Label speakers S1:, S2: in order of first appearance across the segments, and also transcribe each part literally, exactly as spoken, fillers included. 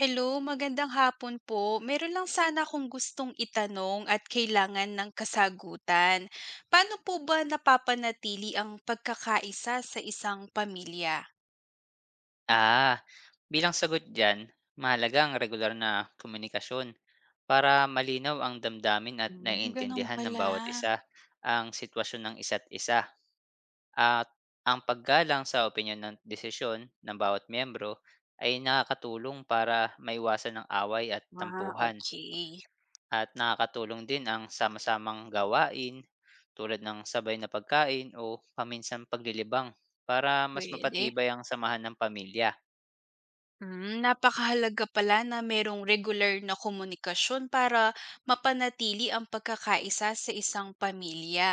S1: Hello, magandang hapon po. Meron lang sana akong gustong itanong at kailangan ng kasagutan. Paano po ba napapanatili ang pagkakaisa sa isang pamilya?
S2: Ah, bilang sagot diyan, mahalaga ang regular na komunikasyon para malinaw ang damdamin at
S1: Hmm, ganun
S2: naiintindihan ng
S1: pala.
S2: bawat isa ang sitwasyon ng isa't isa. At ang paggalang sa opinyon ng desisyon ng bawat miyembro ay nakakatulong para maiwasan ng away at
S1: Ah,
S2: tampuhan.
S1: okay,
S2: At nakakatulong din ang sama-samang gawain tulad ng sabay na pagkain o paminsan paglilibang para mas
S1: pwede.
S2: mapatibay ang samahan ng pamilya.
S1: Hmm, napakahalaga pala na merong regular na komunikasyon para mapanatili ang pagkakaisa sa isang pamilya.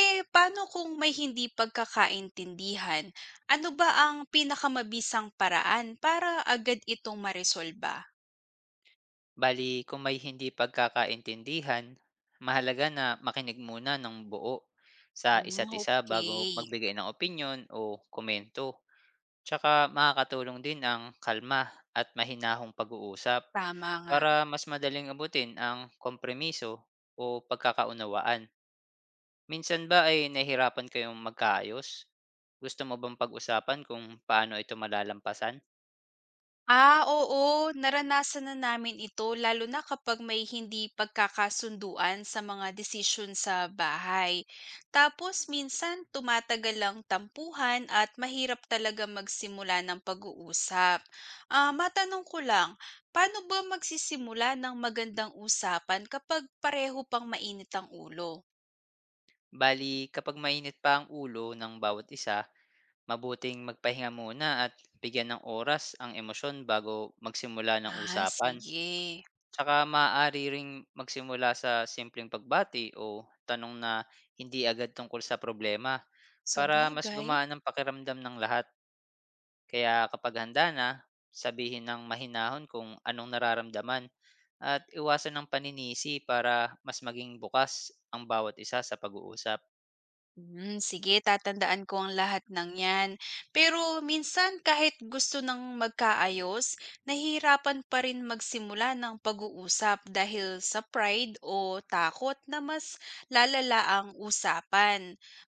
S1: Eh, paano kung may hindi pagkakaintindihan? Ano ba ang pinakamabisang paraan para agad itong maresolba?
S2: Bali, kung may hindi pagkakaintindihan, mahalaga na makinig muna ng buo sa
S1: Hmm,
S2: isa't isa bago
S1: okay,
S2: magbigay ng opinyon o komento. Tsaka makakatulong din ang kalma at mahinahong pag-uusap
S1: tama nga.
S2: para mas madaling abutin ang kompromiso o pagkakaunawaan. Minsan ba ay nahihirapan kayong magkaayos? Gusto mo bang pag-usapan kung paano ito malalampasan?
S1: Ah, oo, naranasan na namin ito lalo na kapag may hindi pagkakasunduan sa mga desisyon sa bahay. Tapos minsan tumatagal ang tampuhan at mahirap talaga magsimula ng pag-uusap. Ah, matanong ko lang, paano ba magsisimula ng magandang usapan kapag pareho pang mainit ang ulo?
S2: Bali, kapag mainit pa ang ulo ng bawat isa, mabuting magpahinga muna at bigyan ng oras ang emosyon bago magsimula ng
S1: Ah,
S2: usapan.
S1: sige.
S2: Tsaka maaari ring magsimula sa simpleng pagbati o tanong na hindi agad tungkol sa problema para mas
S1: Sabagay.
S2: gumaan ang pakiramdam ng lahat. Kaya kapag handa na, sabihin ng mahinahon kung anong nararamdaman at iwasan ng paninisi para mas maging bukas ang bawat isa sa pag-uusap.
S1: Hmm, sige, tatandaan ko ang lahat ng 'yan. Pero minsan kahit gusto ng magkaayos, nahihirapan pa rin magsimula ng pag-uusap dahil sa pride o takot na mas lalala ang usapan.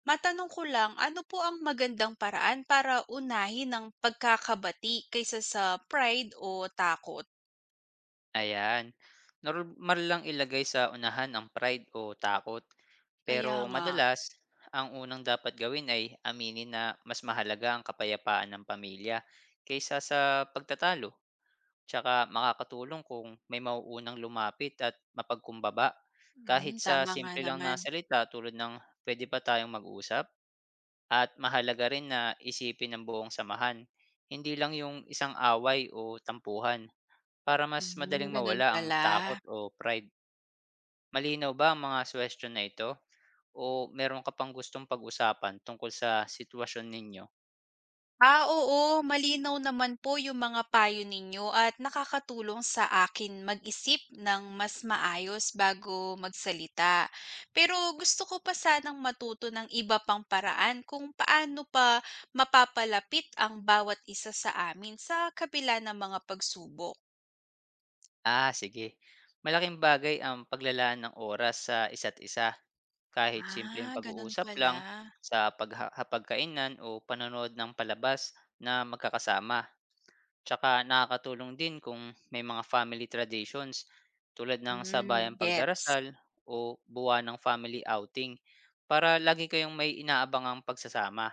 S1: Matanong ko lang, ano po ang magandang paraan para unahin ang pagkakabati kaysa sa pride o takot?
S2: Ayan. Normal lang ilagay sa unahan ang pride o takot. Pero
S1: Kaya nga.
S2: madalas, ang unang dapat gawin ay aminin na mas mahalaga ang kapayapaan ng pamilya kaysa sa pagtatalo. Tsaka makakatulong kung may mauunang lumapit at mapagkumbaba.
S1: Mm,
S2: Kahit sa
S1: tama nga
S2: simple lang na
S1: naman.
S2: salita tulad ng pwede pa tayong mag-usap, at mahalaga rin na isipin ng buong samahan. Hindi lang yung isang away o tampuhan, para mas
S1: Hmm,
S2: madaling
S1: ganun
S2: mawala ang
S1: pala.
S2: takot o pride. Malinaw ba ang mga suwestiyon na ito? O meron ka pang gustong pag-usapan tungkol sa sitwasyon ninyo?
S1: Ah, oo, malinaw naman po yung mga payo ninyo at nakakatulong sa akin mag-isip ng mas maayos bago magsalita. Pero gusto ko pa sanang matuto ng iba pang paraan kung paano pa mapapalapit ang bawat isa sa amin sa kabila ng mga pagsubok.
S2: Ah, sige. Malaking bagay ang paglalaan ng oras sa isa't isa kahit simpleng
S1: Ah, ganun
S2: pag-uusap
S1: pala.
S2: lang sa pagha- hapagkainan o panonood ng palabas na magkakasama. Tsaka nakakatulong din kung may mga family traditions tulad ng
S1: Hmm,
S2: sabayang
S1: gets.
S2: pagdarasal o buwan ng family outing para lagi kayong may inaabangang pagsasama,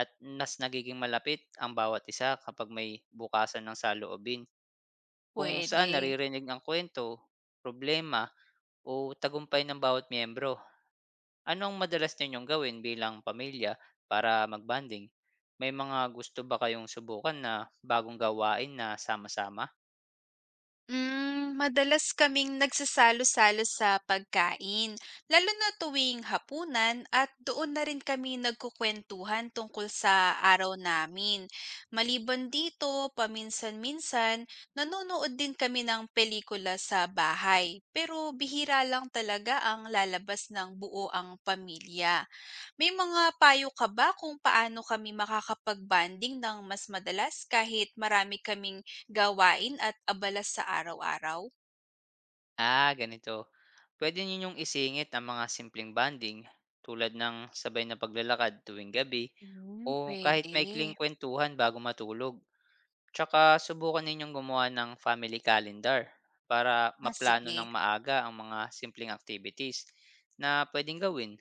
S2: at mas nagiging malapit ang bawat isa kapag may bukasan ng saloobin kung saan
S1: Pwede.
S2: naririnig ang kwento, problema o tagumpay ng bawat miyembro. Ano ang madalas ninyong gawin bilang pamilya para magbanding? May mga gusto ba kayong subukan na bagong gawain na sama-sama?
S1: Hmm, madalas kaming nagsasalo-salo sa pagkain, lalo na tuwing hapunan at doon na rin kami nagkukuwentuhan tungkol sa araw namin. Maliban dito, paminsan-minsan, nanonood din kami ng pelikula sa bahay, pero bihira lang talaga ang lalabas ng buo ang pamilya. May mga payo ka ba kung paano kami makakapag-bonding ng mas madalas kahit marami kaming gawain at abala sa araw-araw?
S2: Ah, ganito. Pwede ninyong isingit ang mga simpleng banding tulad ng sabay na paglalakad tuwing gabi
S1: Hmm,
S2: o kahit
S1: pwede.
S2: maikling kwentuhan bago matulog. Tsaka subukan ninyong gumawa ng family calendar para
S1: Ah,
S2: maplano
S1: sige,
S2: ng maaga ang mga simpleng activities na pwedeng gawin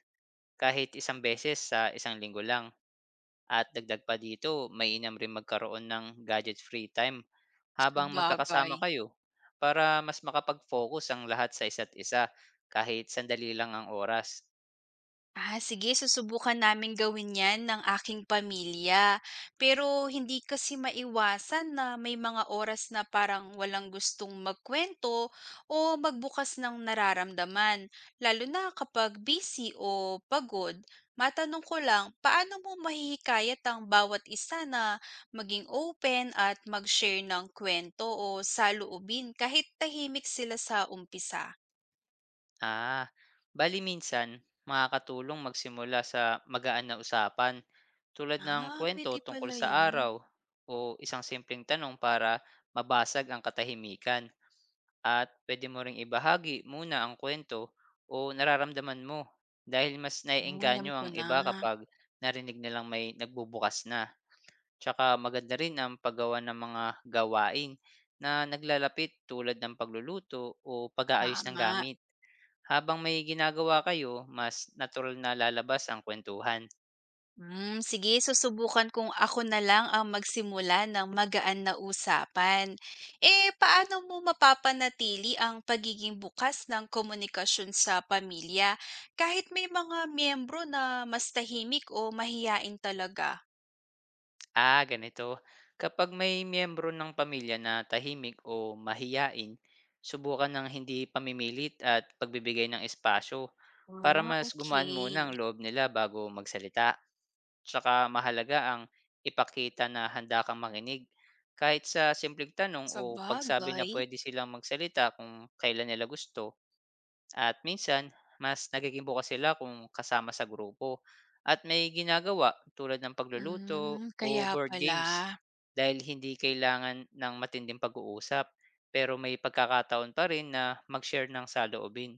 S2: kahit isang beses sa isang linggo lang. At dagdag pa dito, mainam rin magkaroon ng gadget free time habang
S1: sabagay.
S2: magkakasama kayo para mas makapag-focus ang lahat sa isa't isa kahit sandali lang ang oras.
S1: Ah, sige, susubukan namin gawin 'yan ng aking pamilya. Pero hindi kasi maiwasan na may mga oras na parang walang gustong magkuwento o magbukas ng nararamdaman, lalo na kapag busy o pagod. Matanong ko lang, paano mo mahihikayat ang bawat isa na maging open at mag-share ng kwento o saloobin kahit tahimik sila sa umpisa?
S2: Ah, bali minsan makakatulong magsimula sa magaan na usapan tulad ng
S1: Ah,
S2: kwento
S1: pwede
S2: tungkol
S1: pala
S2: sa
S1: 'yun.
S2: araw o isang simpleng tanong para mabasag ang katahimikan. At pwede mo ring ibahagi muna ang kwento o nararamdaman mo, dahil mas
S1: Hmm, alam
S2: naiengganyo
S1: ko
S2: ang
S1: na.
S2: iba kapag narinig nilang may nagbubukas na. Tsaka maganda rin ang paggawa ng mga gawain na naglalapit tulad ng pagluluto o pag-aayos ng
S1: Tama.
S2: gamit. Habang may ginagawa kayo, mas natural na lalabas ang kwentuhan.
S1: Hmm, sige, susubukan kung ako na lang ang magsimula ng magaan na usapan. Eh, paano mo mapapanatili ang pagiging bukas ng komunikasyon sa pamilya kahit may mga miyembro na mas tahimik o mahiyain talaga?
S2: Ah, ganito. Kapag may miyembro ng pamilya na tahimik o mahiyain, subukan ng hindi pamimilit at pagbibigay ng espasyo para
S1: Ah,
S2: mas gumaan muna
S1: okey.
S2: ang loob nila bago magsalita. Tsaka mahalaga ang ipakita na handa kang makinig kahit sa simpleng tanong o pagsabi na
S1: Sabagay.
S2: pwede silang magsalita kung kailan nila gusto. At minsan, mas nagiging bukas sila kung kasama sa grupo at may ginagawa tulad ng pagluluto
S1: Hmm, kaya
S2: o board
S1: pala.
S2: games, dahil hindi kailangan ng matinding pag-uusap pero may pagkakataon pa rin na mag-share ng saloobin.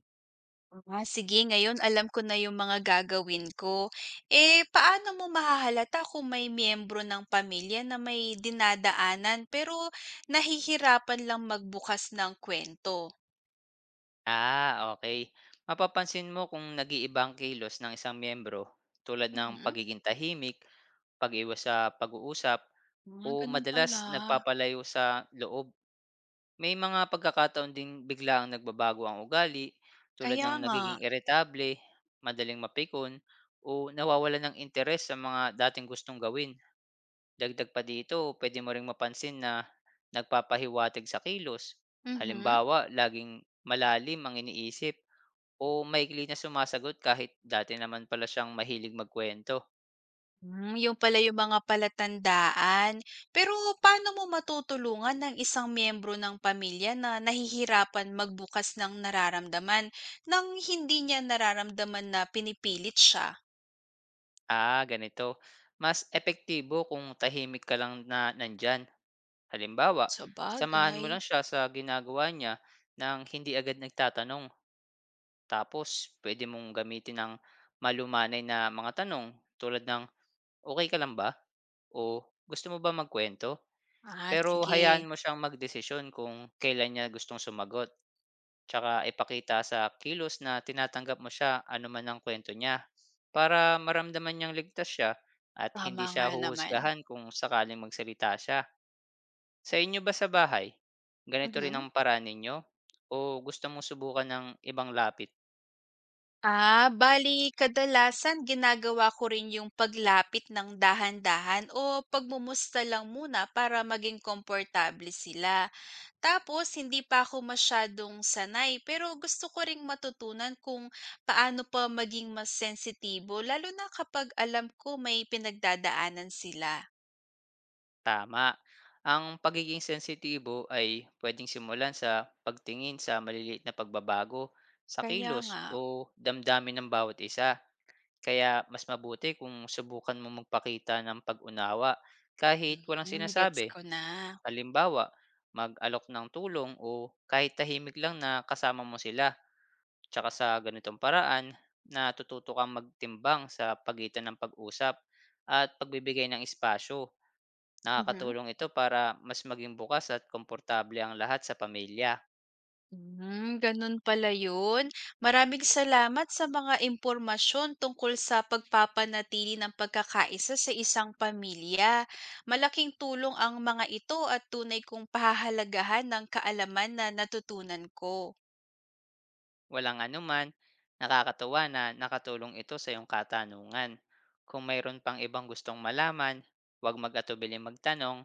S1: Ah, sige, ngayon alam ko na yung mga gagawin ko. Eh, paano mo mahahalata kung may miyembro ng pamilya na may dinadaanan pero nahihirapan lang magbukas ng kuwento?
S2: Ah, okay. Mapapansin mo kung nag-iiba ang kilos ng isang miyembro, tulad ng
S1: Mhm.
S2: pagiging tahimik, pag-iwas sa pag-uusap,
S1: Ah,
S2: o
S1: ganun
S2: madalas
S1: pala.
S2: nagpapalayo sa loob. May mga pagkakataon ding biglaang nagbabago ang ugali, tulad
S1: Kaya
S2: ng
S1: nga.
S2: nagiging iritable, madaling mapikon, o nawawala ng interes sa mga dating gustong gawin. Dagdag pa dito, pwede mo ring mapansin na nagpapahiwatig sa kilos.
S1: Mhm.
S2: Halimbawa, laging malalim ang iniisip o maikli na sumasagot kahit dati naman pala siyang mahilig magkwento.
S1: Hmm, yung pala yung mga palatandaan. Pero paano mo matutulungan ng isang miyembro ng pamilya na nahihirapan magbukas ng nararamdaman nang hindi niya nararamdaman na pinipilit siya?
S2: Ah, ganito. Mas epektibo kung tahimik ka lang na nandyan. Halimbawa, samahan mo
S1: Sabagay.
S2: lang siya sa ginagawa niya nang hindi agad nagtatanong. Tapos, pwede mong gamitin ng malumanay na mga tanong tulad ng "Okey ka lang ba?" o "Gusto mo ba magkuwento?"
S1: Ah,
S2: Pero
S1: sige,
S2: hayaan mo siyang magdesisyon kung kailan niya gustong sumagot. Tsaka ipakita sa kilos na tinatanggap mo siya anuman ang kuwento niya, para maramdaman niyang ligtas siya at
S1: tama
S2: hindi siya
S1: nga naman.
S2: huhusgahan kung sakaling magsalita siya. Sa inyo ba sa bahay, ganito rin
S1: Mhm.
S2: ang paraan ninyo o gusto mong subukan ng ibang lapit?
S1: Ah, bali kadalasan ginagawa ko rin yung paglapit ng dahan-dahan o pagmumusta lang muna para maging komportable sila. Tapos hindi pa ako masyadong sanay pero gusto ko ring matutunan kung paano pa maging mas sensitibo lalo na kapag alam ko may pinagdadaanan sila.
S2: Tama. Ang pagiging sensitibo ay pwedeng simulan sa pagtingin sa maliliit na pagbabago sa
S1: Kaya
S2: kilos
S1: nga,
S2: o damdamin ng bawat isa. Kaya mas mabuti kung subukan mo magpakita ng pag-unawa kahit walang
S1: mhm, gets
S2: sinasabi.
S1: ko na.
S2: Halimbawa, mag-alok ng tulong o kahit tahimik lang na kasama mo sila. Tsaka sa ganitong paraan, natututo kang magtimbang sa pagitan ng pag-usap at pagbibigay ng espasyo.
S1: Mhm.
S2: Nakakatulong ito para mas maging bukas at komportable ang lahat sa pamilya.
S1: Hmm, ganun pala yun. Maraming salamat sa mga impormasyon tungkol sa pagpapanatili ng pagkakaisa sa isang pamilya. Malaking tulong ang mga ito at tunay kong pahahalagahan ng kaalaman na natutunan ko.
S2: Walang anuman, nakakatuwa na nakatulong ito sa iyong katanungan. Kung mayroon pang ibang gustong malaman, huwag mag-atubiling magtanong.